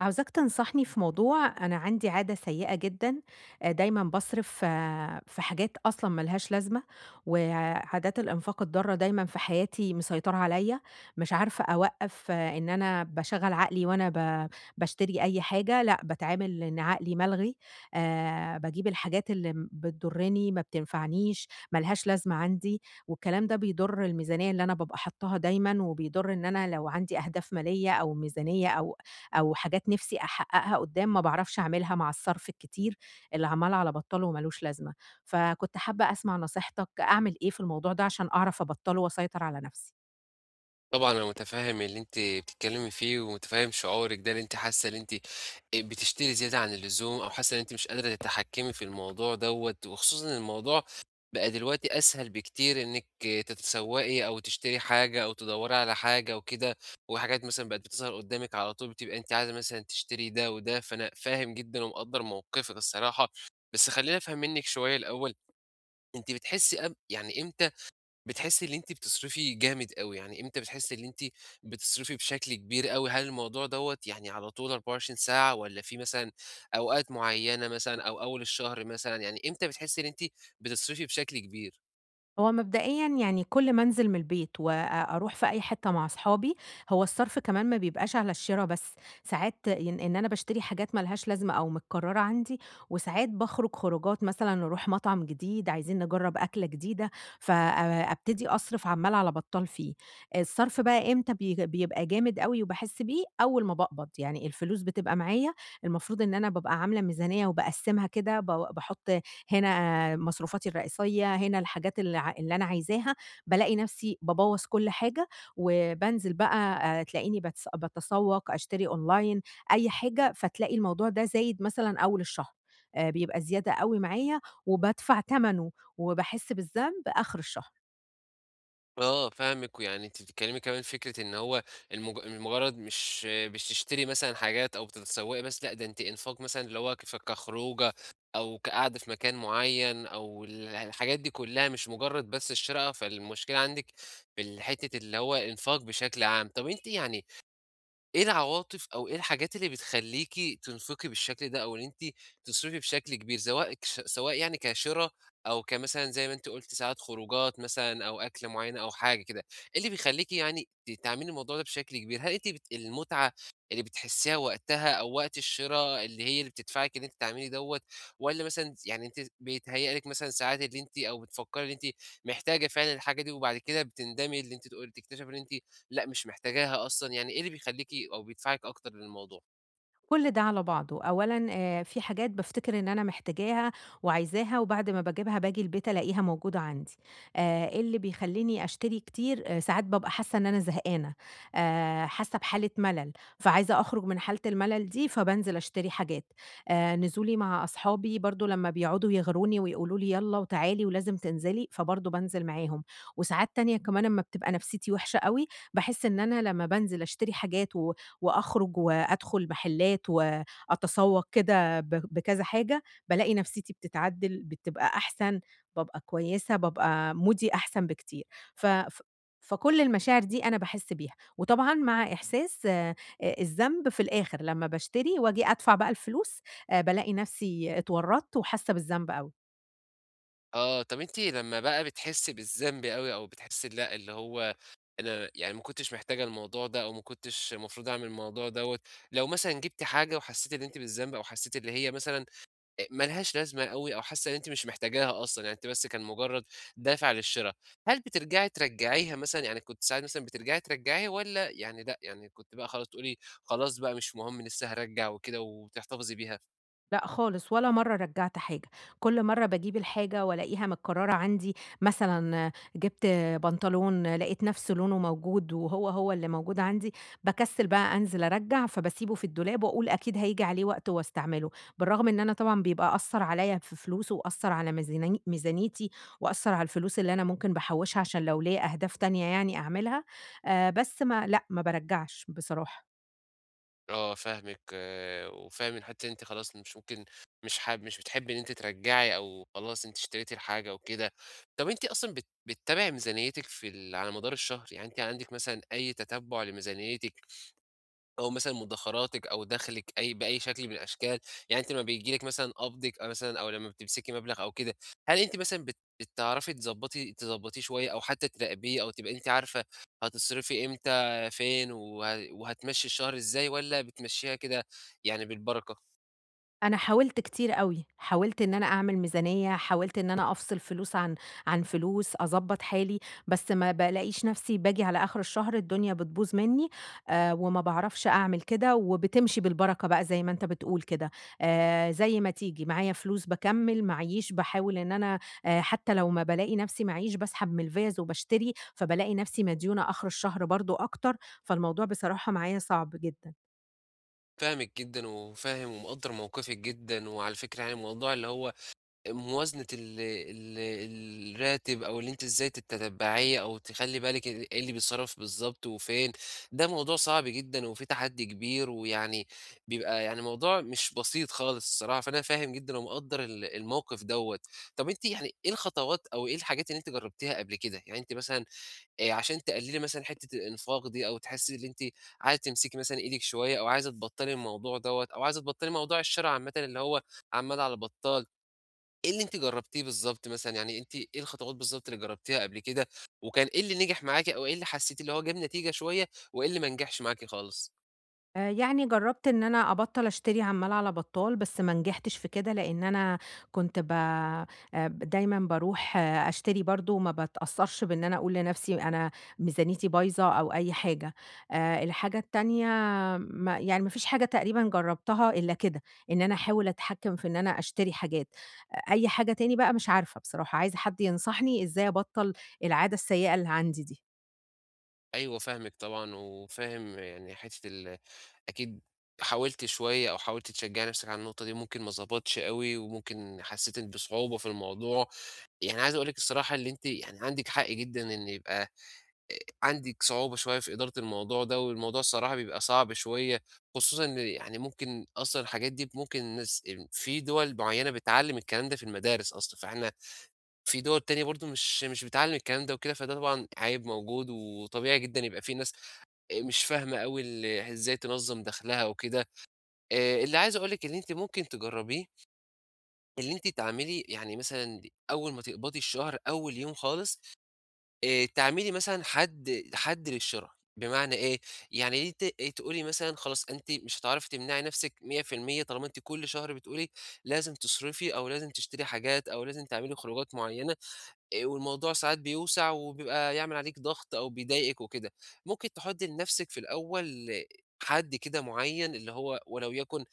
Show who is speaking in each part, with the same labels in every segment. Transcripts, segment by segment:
Speaker 1: عاوزاك تنصحني في موضوع أنا عندي عادة سيئة جدًا، دايمًا باصرف في حاجات أصلًا ما لهاش لازمة، وعادات الإنفاق الضارة دايمًا في حياتي مسيطرة عليَّ، مش عارفة أوقّف إن أنا باشغّل عقلي وأنا باشتري أي حاجة، لأ باتعامل إن عقلي ملغي، باجيب الحاجات اللي بتضرني، ما بتنفعنيش، ما لهاش لازمة عندي، والكلام ده بيضر الميزانية اللي أنا بابقى حاطاها دايمًا، وبيضر إن أنا لو عندي أهداف مالية أو ميزانية أو حاجات نِفْسي أحققها قدّام ما باعرفش أعملها مع الصرف الكتير اللي عمّال على بطّله وما لوش لازمة، فكنت حابة أسمع نصيحتك أعمل إيه في الموضوع ده عشان أعرف أبطّله وأسيطر على نَفْسي؟
Speaker 2: طبعًا أنا متفهم اللي أنتِ بتتكلمي فيه، ومتفهم شعورِك ده اللي أنتِ حاسة إن أنتِ بتشتري زيادة عن اللزوم، أو حاسة إن أنتِ مش قادرة تتحكمي في الموضوع دوّة، وخصوصًا إن الموضوع بقى دلوقتي أسهل بكتير إنِك تتسوقي أو تشتري حاجة أو تدوري على حاجة وكده، وحاجات مثلًا بقت بتظهر قدامِك على طول بتبقى أنتِ عايزة مثلًا تشتري ده وده، فأنا فاهم جدًا ومقدّر موقفِك الصراحة. بس خلّيني أفهم منِك شوية الأول، أنتِ بتحسي يعني إمتى بتحسي إن أنتِ بتصرفي جامد أوي، يعني إمتى بتحسي إن أنتِ بتصرفي بشكل كبير أوي؟ هل الموضوع دوّة يعني على طول 24 ساعة والّا في مثلًا أوقات معيّنة مثلًا أو أول الشهر مثلًا، يعني إمتى بتحسي إن أنتِ بتصرفي بشكل كبير؟
Speaker 1: هو مبدئيًا يعني كل ما أنزل من البيت وأروح في أي حتة مع أصحابي، هو الصرف كمان ما بيبقاش على الشرا بس، ساعات إن أنا باشتري حاجات ما لهاش لازمة أو متكررة عندي، وساعات باخرج خروجات مثلًا نروح مطعم جديد، عايزين نجرب أكلة جديدة، فأبتدي أصرف عمال على بطال فيه. الصرف بقى إمتى بيبقى جامد أوي وباحس بيه؟ أول ما باقبض، يعني الفلوس بتبقى معايا، المفروض إن أنا بابقى عاملة ميزانية وباقسمها كده، باحط هنا مصروفاتي الرئيسية، هنا الحاجات اللي اللي أنا عايزاها، بالاقي نفسي بابوّظ كل حاجة، وبانزل بقى، تلاقيني باتسوّق، أشتري أونلاين، أي حاجة، فتلاقي الموضوع ده زايد مثلًا أول الشهر، بيبقى زيادة أوي معايا وبادفع تمنه وباحس بالذنب آخر الشهر.
Speaker 2: آه، فاهمِك، ويعني أنتِ بتتكلمي كمان فكرة إن هو المجرد مش تشتري مثلًا حاجات أو بتتسوقي بس، لأ ده أنتِ إنفاق مثلًا اللي هو كخروجة أو كقعدة في مكان معين أو الحاجات دي كلها مش مجرد بس الشراء، فالمشكلة عندِك في حتة اللي هو إنفاق بشكل عام. طب أنتِ يعني إيه العواطف أو إيه الحاجات اللي بتخلّيكِ تنفقي بالشكل ده، أو إن أنتِ تصرفي بشكل كبير، سواء سواء يعني كشِرا أو كمثلًا زي ما أنتِ قُلتِ ساعات خروجات مثلًا أو أكلة معيّنة أو حاجة كده، إيه اللي بيخلّيكِ يعني تعملي الموضوع ده بشكل كبير؟ هل أنتِ المتعة اللي بتحسّيها وقتها أو وقت الشِرا اللي هي اللي بتدفعِك إن أنتِ تعملي دوّة، والّا مثلًا يعني أنتِ بيتهيأ لِك مثلًا ساعات اللي أنتِ أو بتفكّري إن أنتِ محتاجة فعلًا الحاجة دي وبعد كده بتندمي اللي أنتِ تقولي تكتشفي إن أنتِ لأ، مش محتاجاها أصلًا، يعني إيه اللي بيخلّيكِ أو بيدفعِك أكتر للموضوع؟
Speaker 1: كل ده على بعضه، أولًا في حاجات بافتكر إن أنا محتاجاها وعايزاها وبعد ما باجيبها باجي البيت ألاقيها موجودة عندي، اللي بيخلّيني أشتري كتير، ساعات بابقى حاسة إن أنا زهقانة، حاسة بحالة ملل، فعايزة أخرج من حالة الملل دي فبانزل أشتري حاجات، نزولي مع أصحابي برضه لمّا بيقعدوا يغروني ويقولوا لي يالّا وتعالي ولازم تنزلي، فبرضه بانزل معاهم، وساعات تانية كمان أمّا بتبقى نفسيتي وحشة أوي، باحس إن أنا لمّا بانزل أشتري حاجات وأخرج وأدخل محلات وأتسوق كده بكذا حاجة، بالاقي نفسيتي بتتعدل، بتبقى أحسن، بابقى كويسة، بابقى مودي أحسن بكتير. ف ف فكل المشاعر دي أنا باحس بيها، وطبعًا مع إحساس الذنب في الآخر لمّا باشتري وآجي أدفع بقى الفلوس، بالاقي نفسي اتورطت وحاسة بالذنب أوي.
Speaker 2: آه، طَب أنتِ لمّا بقى بتحسّي بالذنب أوي أو بتحسّي لأ، اللي هو أنا يعني ما كنتش محتاجة الموضوع ده أو ما كنتش المفروض أعمل الموضوع دوّة، لو مثلًا جبتِ حاجة وحسّيتِ إن أنتِ بالذنب أو حسّيتِ اللي هي مثلًا ما لهاش لازمة أوي أو حاسّة إن أنتِ مش محتاجاها أصلًا، يعني أنتِ بس كان مجرّد دافع للشرا، هل ترجّعيها مثلًا، يعني كنتِ ساعات مثلًا ترجّعيها والّا يعني لأ، يعني كنتِ بقى خلاص تقولي خلاص بقى مش مهم لسه هارجّع وكده وتحتفظي بيها؟
Speaker 1: لأ خالص، ولا مرّة رجّعت حاجة، كل مرّة باجيب الحاجة وألاقيها متكرّرة عندي، مثلًا جِبت بنطلون لقيت نَفْس لونه موجود، وهو اللي موجود عندي، باكسّل بقى أنزل أرجّع، فباسيبه في الدولاب وأقول أكيد هييجي عليه وقت وأستعمله، بالرغم إن أنا طبعًا بيبقى أثّر عليّا في فلوس وأثّر على ميزانيتي وأثّر على الفلوس اللي أنا ممكن باحوّشها عشان لو ليّا أهداف تانية يعني أعملها، بس ما لأ، ما بارجّعش بصراحة.
Speaker 2: آه فاهمِك، آه، وفاهم إن حتى أنتِ خلاص مش ممكن مش حاب مش بتحبي إن أنتِ ترجّعي أو خلاص أنتِ اشتريتِ الحاجة وكده. طب أنتِ أصلًا بتتابعي ميزانيتِك في ال على مدار الشهر؟ يعني أنتِ عندِك مثلًا أي تتبُّع لميزانيتِك أو مثلًا مدخراتِك أو دخلِك أي بأي شكل من الأشكال، يعني أنتِ لمّا بييجي لِك مثلًا قبضِك أو مثلًا أو لمّا بتمسكي مبلغ أو كده، هل أنتِ مثلًا بتعرفي تضبّطيه شوية أو حتى تراقبيه أو تبقى أنتِ عارفة هتصرفي إمتى، فين، وهتمشّي الشهر إزاي والّا بتمشّيها كده يعني بالبركة؟
Speaker 1: أنا حاولت كتير أوي، حاولت إن أنا أعمل ميزانية، حاولت إن أنا أفصل فلوس عن فلوس، أضبّط حالي، بس ما بالاقيش نفسي باجي على آخر الشهر الدنيا بتبوظ منّي، وما باعرفش أعمل كده، وبتمشي بالبركة بقى زي ما أنت بتقول كده، زي ما تيجي، معايا فلوس باكمّل، معييش باحاول إن أنا، حتى لو ما بالاقي نفسي معييش باسحب من الفيَّز وباشتري، فبالاقي نفسي مديونة آخر الشهر برضه أكتر، فالموضوع بصراحة معايا صعب جدًا.
Speaker 2: فاهمِك جدًا وفاهم ومقدّر موقفِك جدًا، وعلى فكرة يعني الموضوع اللي هو موازنة ال ال الراتب أو اللي أنتِ إزاي تتتبعيه أو تخلّي بالِك إيه اللي بيتصرف بالضبط وفين، ده موضوع صعب جدًا وفيه تحدي كبير، ويعني بيبقى يعني موضوع مش بسيط خالص الصراحة، فأنا فاهم جدًا ومقدّر الموقف دوّة. طب أنتِ يعني إيه الخطوات أو إيه الحاجات اللي أنتِ جربتيها قبل كده؟ يعني أنتِ مثلًا عشان تقللي مثلًا حتة الإنفاق دي أو تحسي إن أنتِ عايزة تمسكي مثلًا إيدِك شوية أو عايزة تبطّلي الموضوع دوّة أو عايزة تبطّلي موضوع الشرا عامةً اللي هو عمّال على بطّال، إيه اللي أنتِ جرّبتيه بالضبط مثلًا، يعني أنتِ إيه الخطوات بالضبط اللي جرّبتيها قبل كده، وكان إيه اللي نجح معاكِ أو إيه اللي حسّيتِ اللي هو جاب نتيجة شوية، وإيه اللي ما نجحش معاكِ خالص؟
Speaker 1: يعني جرّبت إن أنا أبطّل أشتري عمّال على بطّال، بس ما نجحتش في كده، لإن أنا كنت ب دايمًا باروح أشتري برضه وما باتأثّرش بإن أنا أقول لنَفْسي أنا ميزانيتي بايظة أو أي حاجة. الحاجة التانية، ما يعني ما فيش حاجة تقريبًا جرّبتها إلا كده، إن أنا أحاول أتحكّم في إن أنا أشتري حاجات. أي حاجة تاني بقى مش عارفة بصراحة، عايزة حد ينصحني إزاي أبطّل العادة السيئة اللي عندي دي.
Speaker 2: أيوه فاهمِك طبعًا، وفاهم يعني حتّة ال أكيد حاولتِ شوية أو حاولتِ تشجّعي نَفْسِك على النقطة دي، ممكن ما ضبطش أوي، وممكن حسّيتِ إن بصعوبة في الموضوع، يعني عايز أقول لِك الصراحة اللي أنتِ يعني عندِك حق جدًا إن يبقى عندِك صعوبة شوية في إدارة الموضوع ده، والموضوع الصراحة بيبقى صعب شوية، خصوصًا إن يعني ممكن أصلًا الحاجات دي ممكن الناس ال في دول معيّنة بتعلّم الكلام ده في المدارس أصلًا، فإحنا في دول تانية برضه مش بتعلّم الكلام ده وكده، فده طبعًا عيب موجود، وطبيعي جدًا يبقى في ناس مش فاهمة أوي إزاي تنظّم دخلها وكده. اللي عايز أقول لِك اللي أنتِ ممكن تجرّبيه، اللي أنتِ تعملي يعني مثلًا أول ما تقبضي الشهر أول يوم خالص تعملي مثلًا حد للشِرَى، بمعنى إيه، يعني أنتِ تقولي مثلًا خلاص أنتِ مش هتعرفي تمنعي نَفْسِك 100% طالما أنتِ كل شهر بتقولي لازم تصرفي أو لازم تشتري حاجات أو لازم تعملي خروجات معيّنة، والموضوع ساعات بيوسع وبيبقى يعمل عليكِ ضغط أو بيضايقِك وكده. ممكن تحُطّي لنَفْسِك في الأول حد كده معيّن اللي هو ولو يكن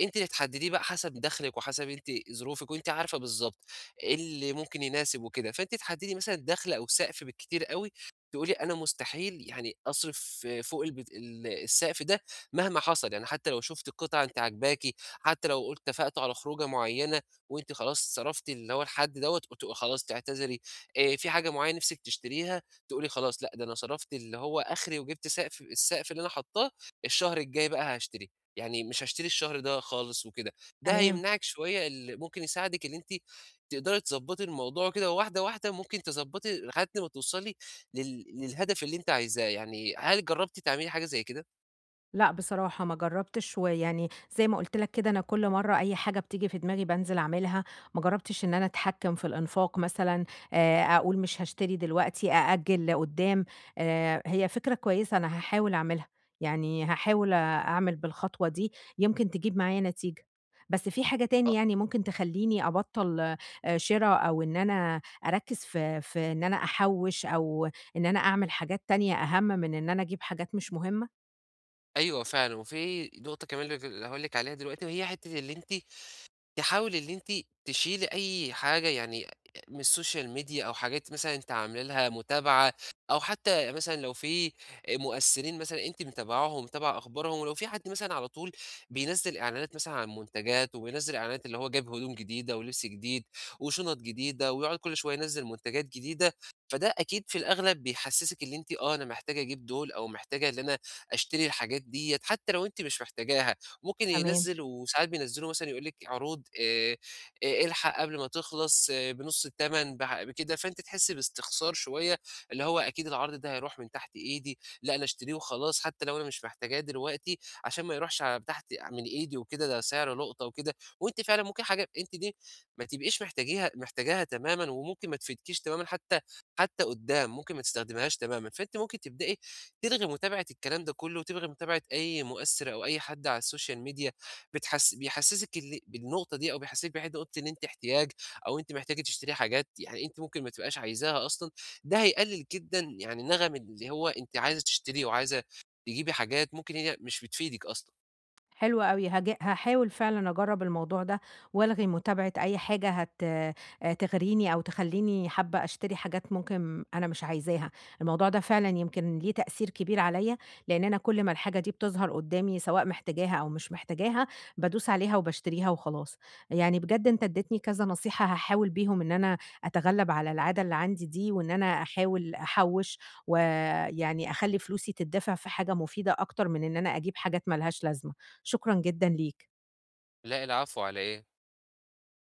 Speaker 2: أنتِ اللي تحدديه بقى حسب دخلِك وحسب أنتِ ظروفِك، وأنتِ عارفة بالضبط إيه اللي ممكن يناسب وكده، فأنتِ تحددي مثلًا دخل أو سقف بالكتير أوي، تقولي أنا مستحيل يعني أصرف فوق البت ال السقف ده مهما حصل، يعني حتى لو شُفتِ قطعة أنتِ عاجباكِ، حتى لو قلت اتفقتوا على خروجة معيّنة وأنتِ خلاص صرفتِ اللي هو الحد دوّة، وتبقي خلاص تعتذري، في حاجة معيّنة نِفْسِك تشتريها، تقولي خلاص لأ، ده أنا صرفت اللي هو آخري وجِبت السقف اللي أنا حاطاه، الشهر الجاي بقى هاشتريه. يعني مش هاشتري الشهر ده خالص وكده، ده
Speaker 1: تمام.
Speaker 2: هيمنعِك شوية ممكن يساعدِك إن أنتِ تقدري تضبّطي الموضوع كده واحدة، واحدة ممكن تضبّطي لحد ما توصلي للهدف اللي أنتِ عايزاه، يعني هل جرّبتِ تعملي حاجة زي كده؟
Speaker 1: لأ، بصراحة ما جرّبتش، ويعني زي ما قُلت لك كده أنا كل مرّة أي حاجة بتيجي في دماغي بانزل أعملها، ما جرّبتش إن أنا أتحكّم في الإنفاق مثلًا، أقول مش هاشتري دلوقتي، أأجّل لقدّام، هي فكرة كويسة أنا هاحاول أعملها، يعني هاحاول أعمل بالخطوة دي، يمكن تجيب معايا نتيجة. بس في حاجة تاني
Speaker 2: آه،
Speaker 1: يعني ممكن تخلّيني أبطّل شِرا أو إن أنا أركّز في إن أنا أحوّش أو إن أنا أعمل حاجات تانية أهَم من إن أنا أجيب حاجات مش مهمة؟
Speaker 2: أيوه فعلًا، وفي نقطة كمان اللي هاقول لِك عليها دلوقتي وهي حتّة اللي أنتِ تحاولي اللي أنتِ تشيلي أي حاجة يعني من السوشيال ميديا أو حاجات مثلًا أنتِ عاملة لها متابعة، أو حتى مثلًا لو في مؤثرين مثلًا أنتِ متابعاهم، متابعة أخبارهم، ولو في حد مثلًا على طول بينزّل إعلانات مثلًا عن منتجات، وبينزّل إعلانات اللي هو جاب هدوم جديدة ولبس جديد وشنط جديدة، ويقعد كل شوية ينزّل منتجات جديدة، فده أكيد في الأغلب بيحسّسِك اللي أنتِ آه، أنا محتاجة أجيب دول أو محتاجة إن أنا أشتري الحاجات ديّة، حتى لو أنتِ مش محتاجاها، ممكن
Speaker 1: تمام.
Speaker 2: ينزّل وساعات بينزّلوا مثلًا يقول لِك عروض الحق قبل ما تخلص آه، بنُص التمن بكده، فأنتِ تحسّي باستخسار شوية، اللي هو أكيد العرض ده هيروح من تحت إيدي، لأ أنا أشتريه وخلاص حتى لو أنا مش محتاجاه دلوقتي عشان ما يروحش ع تحت من إيدي وكده، ده سعر لقطة وكده، وأنتِ فعلًا ممكن حاجة أنتِ دي ما تبقيش محتاجاها تمامًا، وممكن ما تفيدكيش تمامًا حتى قدّام، ممكن ما تستخدميهاش تمامًا، فأنتِ ممكن تبدئي تلغي متابعة الكلام ده كله، وتلغي متابعة أي مؤثّر أو أي حد على السوشيال ميديا بيحسّسِك بالنقطة دي أو بيحسّسِك بحتّة نقطة إن أنتِ احتياج أو أنتِ محتاجة تشتري حاجات يعني أنتِ ممكن ما تبقاش عايزاها أصلًا، ده هيقلل جدًا يعني نَغَم اللي هو أنتِ عايزة تشتريه وعايزة تجيبي حاجات ممكن هي مش بتفيدِك أصلًا.
Speaker 1: حلو أوي، هاحاول فعلًا أجرّب الموضوع ده، وألغي متابعة أي حاجة هت تغريني أو تخلّيني حابة أشتري حاجات ممكن أنا مش عايزاها، الموضوع ده فعلًا يمكن ليه تأثير كبير عليَّ، لإن أنا كل ما الحاجة دي بتظهر قدّامي سواء محتاجاها أو مش محتاجاها، بادوس عليها وباشتريها وخلاص. يعني بجد أنت ادّيتني كذا نصيحة هاحاول بيهم إن أنا أتغلب على العادة اللي عندي دي، وإن أنا أحاول أحوّش، ويعني أخلّي فلوسي تتدفع في حاجة مفيدة أكتر من إن أنا أجيب حاجات ما لهاش لازمة. شكرًا جدًا ليك.
Speaker 2: لأ العفو على إيه؟